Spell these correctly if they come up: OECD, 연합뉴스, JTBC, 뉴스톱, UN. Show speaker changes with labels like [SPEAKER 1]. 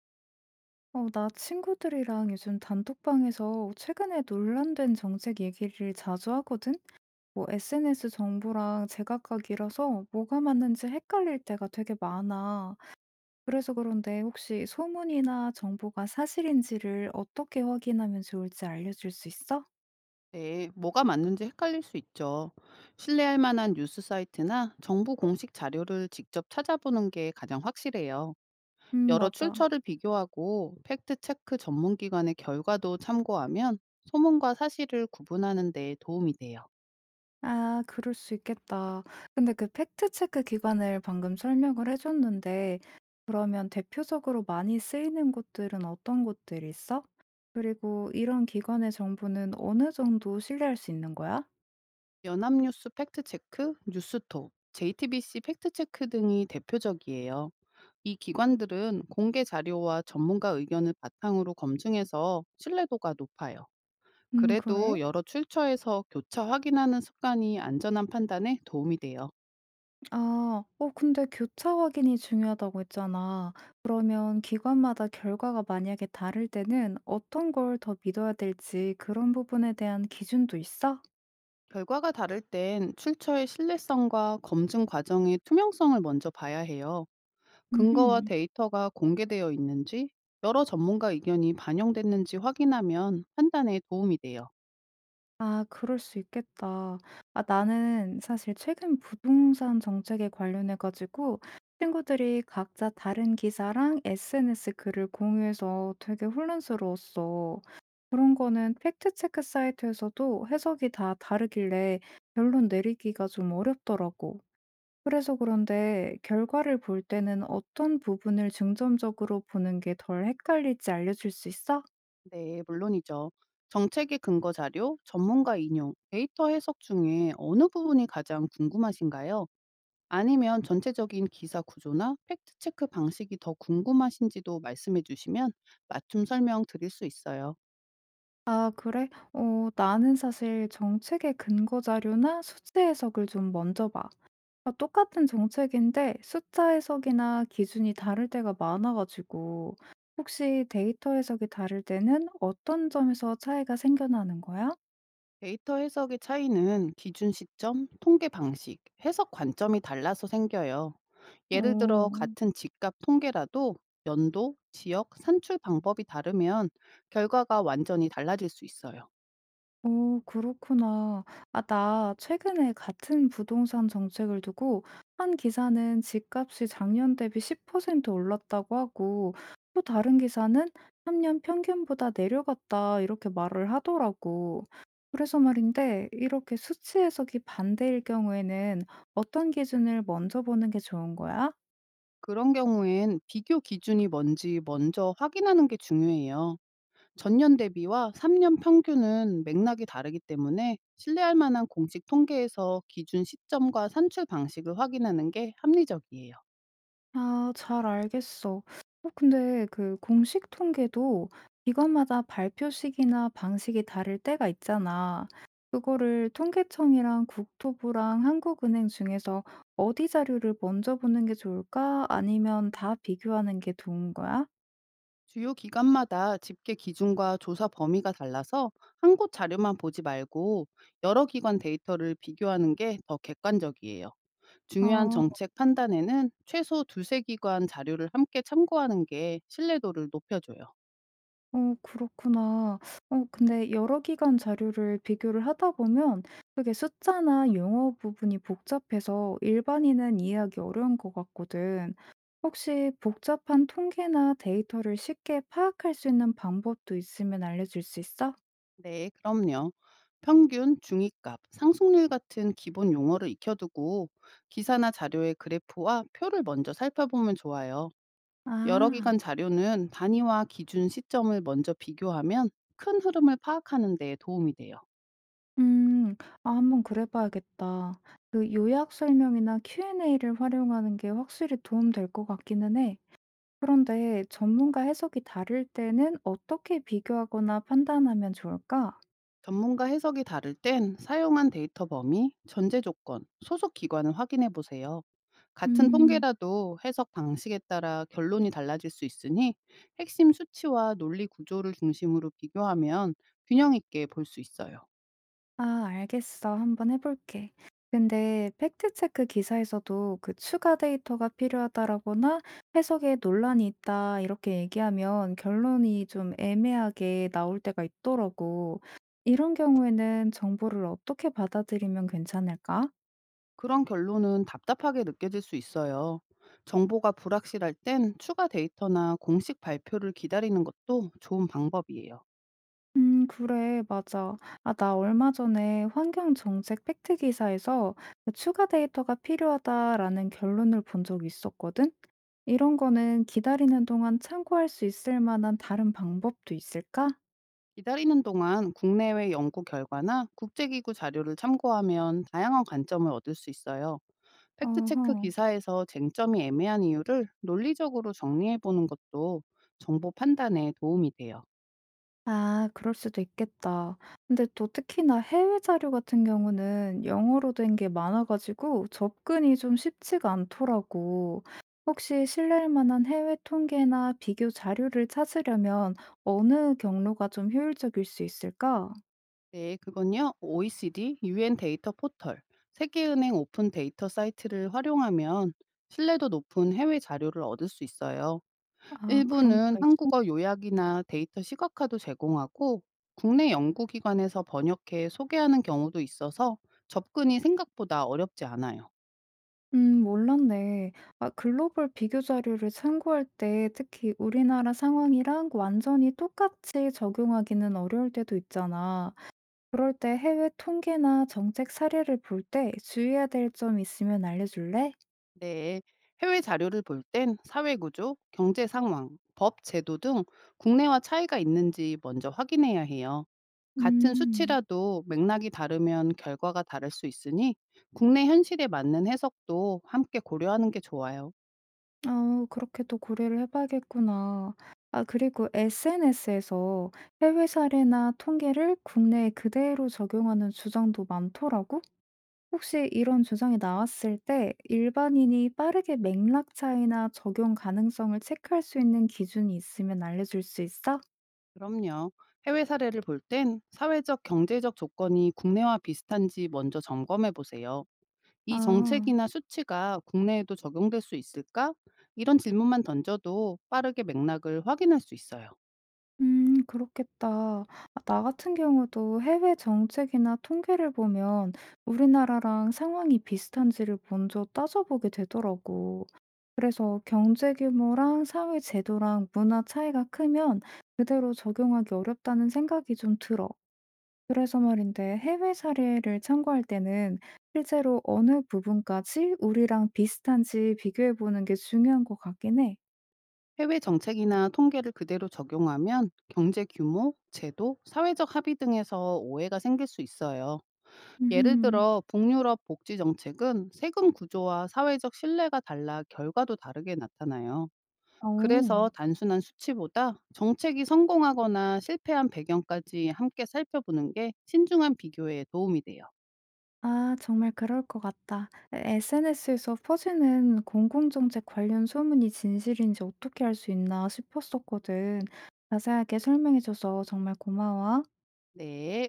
[SPEAKER 1] 어, 나 친구들이랑 요즘 단톡방에서 최근에 논란된 정책 얘기를 자주 하거든? 뭐 SNS 정보랑 제각각이라서 뭐가 맞는지 헷갈릴 때가 되게 많아. 그래서 그런데 혹시 소문이나 정보가 사실인지를 어떻게 확인하면 좋을지 알려줄 수 있어?
[SPEAKER 2] 네, 뭐가 맞는지 헷갈릴 수 있죠. 신뢰할 만한 뉴스 사이트나 정부 공식 자료를 직접 찾아보는 게 가장 확실해요. 여러
[SPEAKER 1] 맞아.
[SPEAKER 2] 출처를 비교하고 팩트체크 전문기관의 결과도 참고하면 소문과 사실을 구분하는 데 도움이 돼요.
[SPEAKER 1] 아 그럴 수 있겠다. 근데 그 팩트 체크 기관을 방금 설명을 해 줬는데 그러면 대표적으로 많이 쓰이는 곳들은 어떤 곳들이 있어? 그리고 이런 기관의 정보는 어느 정도 신뢰할 수 있는 거야?
[SPEAKER 2] 연합뉴스 팩트체크, 뉴스톱, JTBC 팩트체크 등이 대표적이에요. 이 기관들은 공개 자료와 전문가 의견을 바탕으로 검증해서 신뢰도가 높아요.
[SPEAKER 1] 그래?
[SPEAKER 2] 그래도 여러 출처에서 교차 확인하는 습관이 안전한 판단에 도움이 돼요.
[SPEAKER 1] 아. 어 근데 교차 확인이 중요하다고 했잖아. 그러면 기관마다 결과가 만약에 다를 때는 어떤 걸 더 믿어야 될지 그런 부분에 대한 기준도 있어?
[SPEAKER 2] 결과가 다를 땐 출처의 신뢰성과 검증 과정의 투명성을 먼저 봐야 해요. 근거와
[SPEAKER 1] 음흠.
[SPEAKER 2] 데이터가 공개되어 있는지, 여러 전문가 의견이 반영됐는지 확인하면 판단에 도움이 돼요.
[SPEAKER 1] 아 그럴 수 있겠다. 아 나는 사실 최근 부동산 정책에 관련해 가지고 친구들이 각자 다른 기사랑 SNS 글을 공유해서 되게 혼란스러웠어. 그런 거는 팩트 체크 사이트에서도 해석이 다 다르길래 결론 내리기가 좀 어렵더라고. 그래서 그런데 결과를 볼 때는 어떤 부분을 중점적으로 보는 게 덜 헷갈릴지 알려줄 수 있어?
[SPEAKER 2] 네, 물론이죠. 정책의 근거 자료, 전문가 인용, 데이터 해석 중에 어느 부분이 가장 궁금하신가요? 아니면 전체적인 기사 구조나 팩트 체크 방식이 더 궁금하신지도 말씀해 주시면 맞춤 설명 드릴 수 있어요.
[SPEAKER 1] 아 그래? 어 나는 사실 정책의 근거 자료나 수치 해석을 좀 먼저 봐. 아, 똑같은 정책인데 숫자 해석이나 기준이 다를 때가 많아 가지고 혹시 데이터 해석이 다를 때는 어떤 점에서 차이가 생겨나는 거야?
[SPEAKER 2] 데이터 해석의 차이는 기준 시점, 통계 방식, 해석 관점이 달라서 생겨요. 예를 들어
[SPEAKER 1] 오
[SPEAKER 2] 같은 집값 통계라도 연도, 지역, 산출 방법이 다르면 결과가 완전히 달라질 수 있어요.
[SPEAKER 1] 오 그렇구나. 아 나 최근에 같은 부동산 정책을 두고 한 기사는 집값이 작년 대비 10% 올랐다고 하고 또 다른 기사는 3년 평균보다 내려갔다 이렇게 말을 하더라고. 그래서 말인데 이렇게 수치 해석이 반대일 경우에는 어떤 기준을 먼저 보는 게 좋은 거야?
[SPEAKER 2] 그런 경우엔 비교 기준이 뭔지 먼저 확인하는 게 중요해요. 전년 대비와 3년 평균은 맥락이 다르기 때문에 신뢰할 만한 공식 통계에서 기준 시점과 산출 방식을 확인하는 게 합리적이에요.
[SPEAKER 1] 아, 잘 알겠어. 어, 근데 그 공식 통계도 기관마다 발표 시기나 방식이 다를 때가 있잖아. 그거를 통계청이랑 국토부랑 한국은행 중에서 어디 자료를 먼저 보는 게 좋을까? 아니면 다 비교하는 게 좋은 거야?
[SPEAKER 2] 주요 기관마다 집계 기준과 조사 범위가 달라서 한 곳 자료만 보지 말고 여러 기관 데이터를 비교하는 게 더 객관적이에요. 중요한
[SPEAKER 1] 어.
[SPEAKER 2] 정책 판단에는 최소 두세 기관 자료를 함께 참고하는 게 신뢰도를 높여줘요.
[SPEAKER 1] 어 그렇구나. 어 근데 여러 기관 자료를 비교를 하다 보면 그게 숫자나 용어 부분이 복잡해서 일반인은 이해하기 어려운 것 같거든. 혹시 복잡한 통계나 데이터를 쉽게 파악할 수 있는 방법도 있으면 알려줄 수 있어?
[SPEAKER 2] 네, 그럼요. 평균, 중위값, 상승률 같은 기본 용어를 익혀두고 기사나 자료의 그래프와 표를 먼저 살펴보면 좋아요. 여러
[SPEAKER 1] 아,
[SPEAKER 2] 기관 자료는 단위와 기준 시점을 먼저 비교하면 큰 흐름을 파악하는 데 도움이 돼요.
[SPEAKER 1] 음, 한번 그래봐야겠다. 그 요약 설명이나 Q&A를 활용하는 게 확실히 도움 될 것 같기는 해. 그런데 전문가 해석이 다를 때는 어떻게 비교하거나 판단하면 좋을까?
[SPEAKER 2] 전문가 해석이 다를 땐 사용한 데이터 범위, 전제 조건, 소속 기관을 확인해 보세요. 같은
[SPEAKER 1] 음,
[SPEAKER 2] 통계라도 해석 방식에 따라 결론이 달라질 수 있으니 핵심 수치와 논리 구조를 중심으로 비교하면 균형 있게 볼 수 있어요.
[SPEAKER 1] 알겠어. 한번 해볼게. 근데 팩트체크 기사에서도 그 추가 데이터가 필요하다라거나 해석에 논란이 있다 이렇게 얘기하면 결론이 좀 애매하게 나올 때가 있더라고. 이런 경우에는 정보를 어떻게 받아들이면 괜찮을까?
[SPEAKER 2] 그런 결론은 답답하게 느껴질 수 있어요. 정보가 불확실할 땐 추가 데이터나 공식 발표를 기다리는 것도 좋은 방법이에요.
[SPEAKER 1] 그래, 맞아. 아, 나 얼마 전에 환경정책 팩트 기사에서 그 추가 데이터가 필요하다라는 결론을 본 적이 있었거든? 이런 거는 기다리는 동안 참고할 수 있을 만한 다른 방법도 있을까?
[SPEAKER 2] 기다리는 동안 국내외 연구 결과나 국제기구 자료를 참고하면 다양한 관점을 얻을 수 있어요. 팩트체크
[SPEAKER 1] 어허.
[SPEAKER 2] 기사에서 쟁점이 애매한 이유를 논리적으로 정리해보는 것도 정보 판단에 도움이 돼요.
[SPEAKER 1] 아 그럴 수도 있겠다. 근데 또 특히나 해외 자료 같은 경우는 영어로 된 게 많아 가지고 접근이 좀 쉽지가 않더라고. 혹시 신뢰할 만한 해외 통계나 비교 자료를 찾으려면 어느 경로가 좀 효율적일 수 있을까?
[SPEAKER 2] 네, 그건요. OECD, UN 데이터 포털, 세계은행 오픈 데이터 사이트를 활용하면 신뢰도 높은 해외 자료를 얻을 수 있어요.
[SPEAKER 1] 아 그런
[SPEAKER 2] 일부는
[SPEAKER 1] 데가 있어?
[SPEAKER 2] 한국어 요약이나 데이터 시각화도 제공하고 국내 연구기관에서 번역해 소개하는 경우도 있어서 접근이 생각보다 어렵지 않아요.
[SPEAKER 1] 몰랐네. 아 글로벌 비교 자료를 참고할 때 특히 우리나라 상황이랑 완전히 똑같이 적용하기는 어려울 때도 있잖아. 그럴 때 해외 통계나 정책 사례를 볼 때 주의해야 될 점 있으면 알려줄래?
[SPEAKER 2] 네, 해외 자료를 볼 땐 사회구조, 경제 상황, 법 제도 등 국내와 차이가 있는지 먼저 확인해야 해요. 같은
[SPEAKER 1] 음,
[SPEAKER 2] 수치라도 맥락이 다르면 결과가 다를 수 있으니 국내 현실에 맞는 해석도 함께 고려하는 게 좋아요.
[SPEAKER 1] 어, 그렇게 또 고려를 해봐야겠구나. 아, 그리고 SNS에서 해외 사례나 통계를 국내에 그대로 적용하는 주장도 많더라고? 혹시 이런 주장이 나왔을 때 일반인이 빠르게 맥락 차이나 적용 가능성을 체크할 수 있는 기준이 있으면 알려줄 수 있어?
[SPEAKER 2] 그럼요. 해외 사례를 볼 땐 사회적, 경제적 조건이 국내와 비슷한지 먼저 점검해 보세요. 이
[SPEAKER 1] 아.
[SPEAKER 2] 정책이나 수치가 국내에도 적용될 수 있을까? 이런 질문만 던져도 빠르게 맥락을 확인할 수 있어요.
[SPEAKER 1] 그렇겠다. 아, 나 같은 경우도 해외 정책이나 통계를 보면 우리나라랑 상황이 비슷한지를 먼저 따져보게 되더라고. 그래서 경제 규모랑 사회 제도랑 문화 차이가 크면 그대로 적용하기 어렵다는 생각이 좀 들어. 그래서 말인데 해외 사례를 참고할 때는 실제로 어느 부분까지 우리랑 비슷한지 비교해 보는 게 중요한 것 같긴 해.
[SPEAKER 2] 해외 정책이나 통계를 그대로 적용하면 경제 규모, 제도, 사회적 합의 등에서 오해가 생길 수 있어요. 예를
[SPEAKER 1] 음.
[SPEAKER 2] 들어 북유럽 복지 정책은 세금 구조와 사회적 신뢰가 달라 결과도 다르게 나타나요.
[SPEAKER 1] 어.
[SPEAKER 2] 그래서 단순한 수치보다 정책이 성공하거나 실패한 배경까지 함께 살펴보는 게 신중한 비교에 도움이 돼요.
[SPEAKER 1] 아 정말 그럴 것 같다. SNS에서 퍼지는 공공정책 관련 소문이 진실인지 어떻게 알 수 있나 싶었었거든. 자세하게 설명해줘서 정말 고마워.
[SPEAKER 2] 네.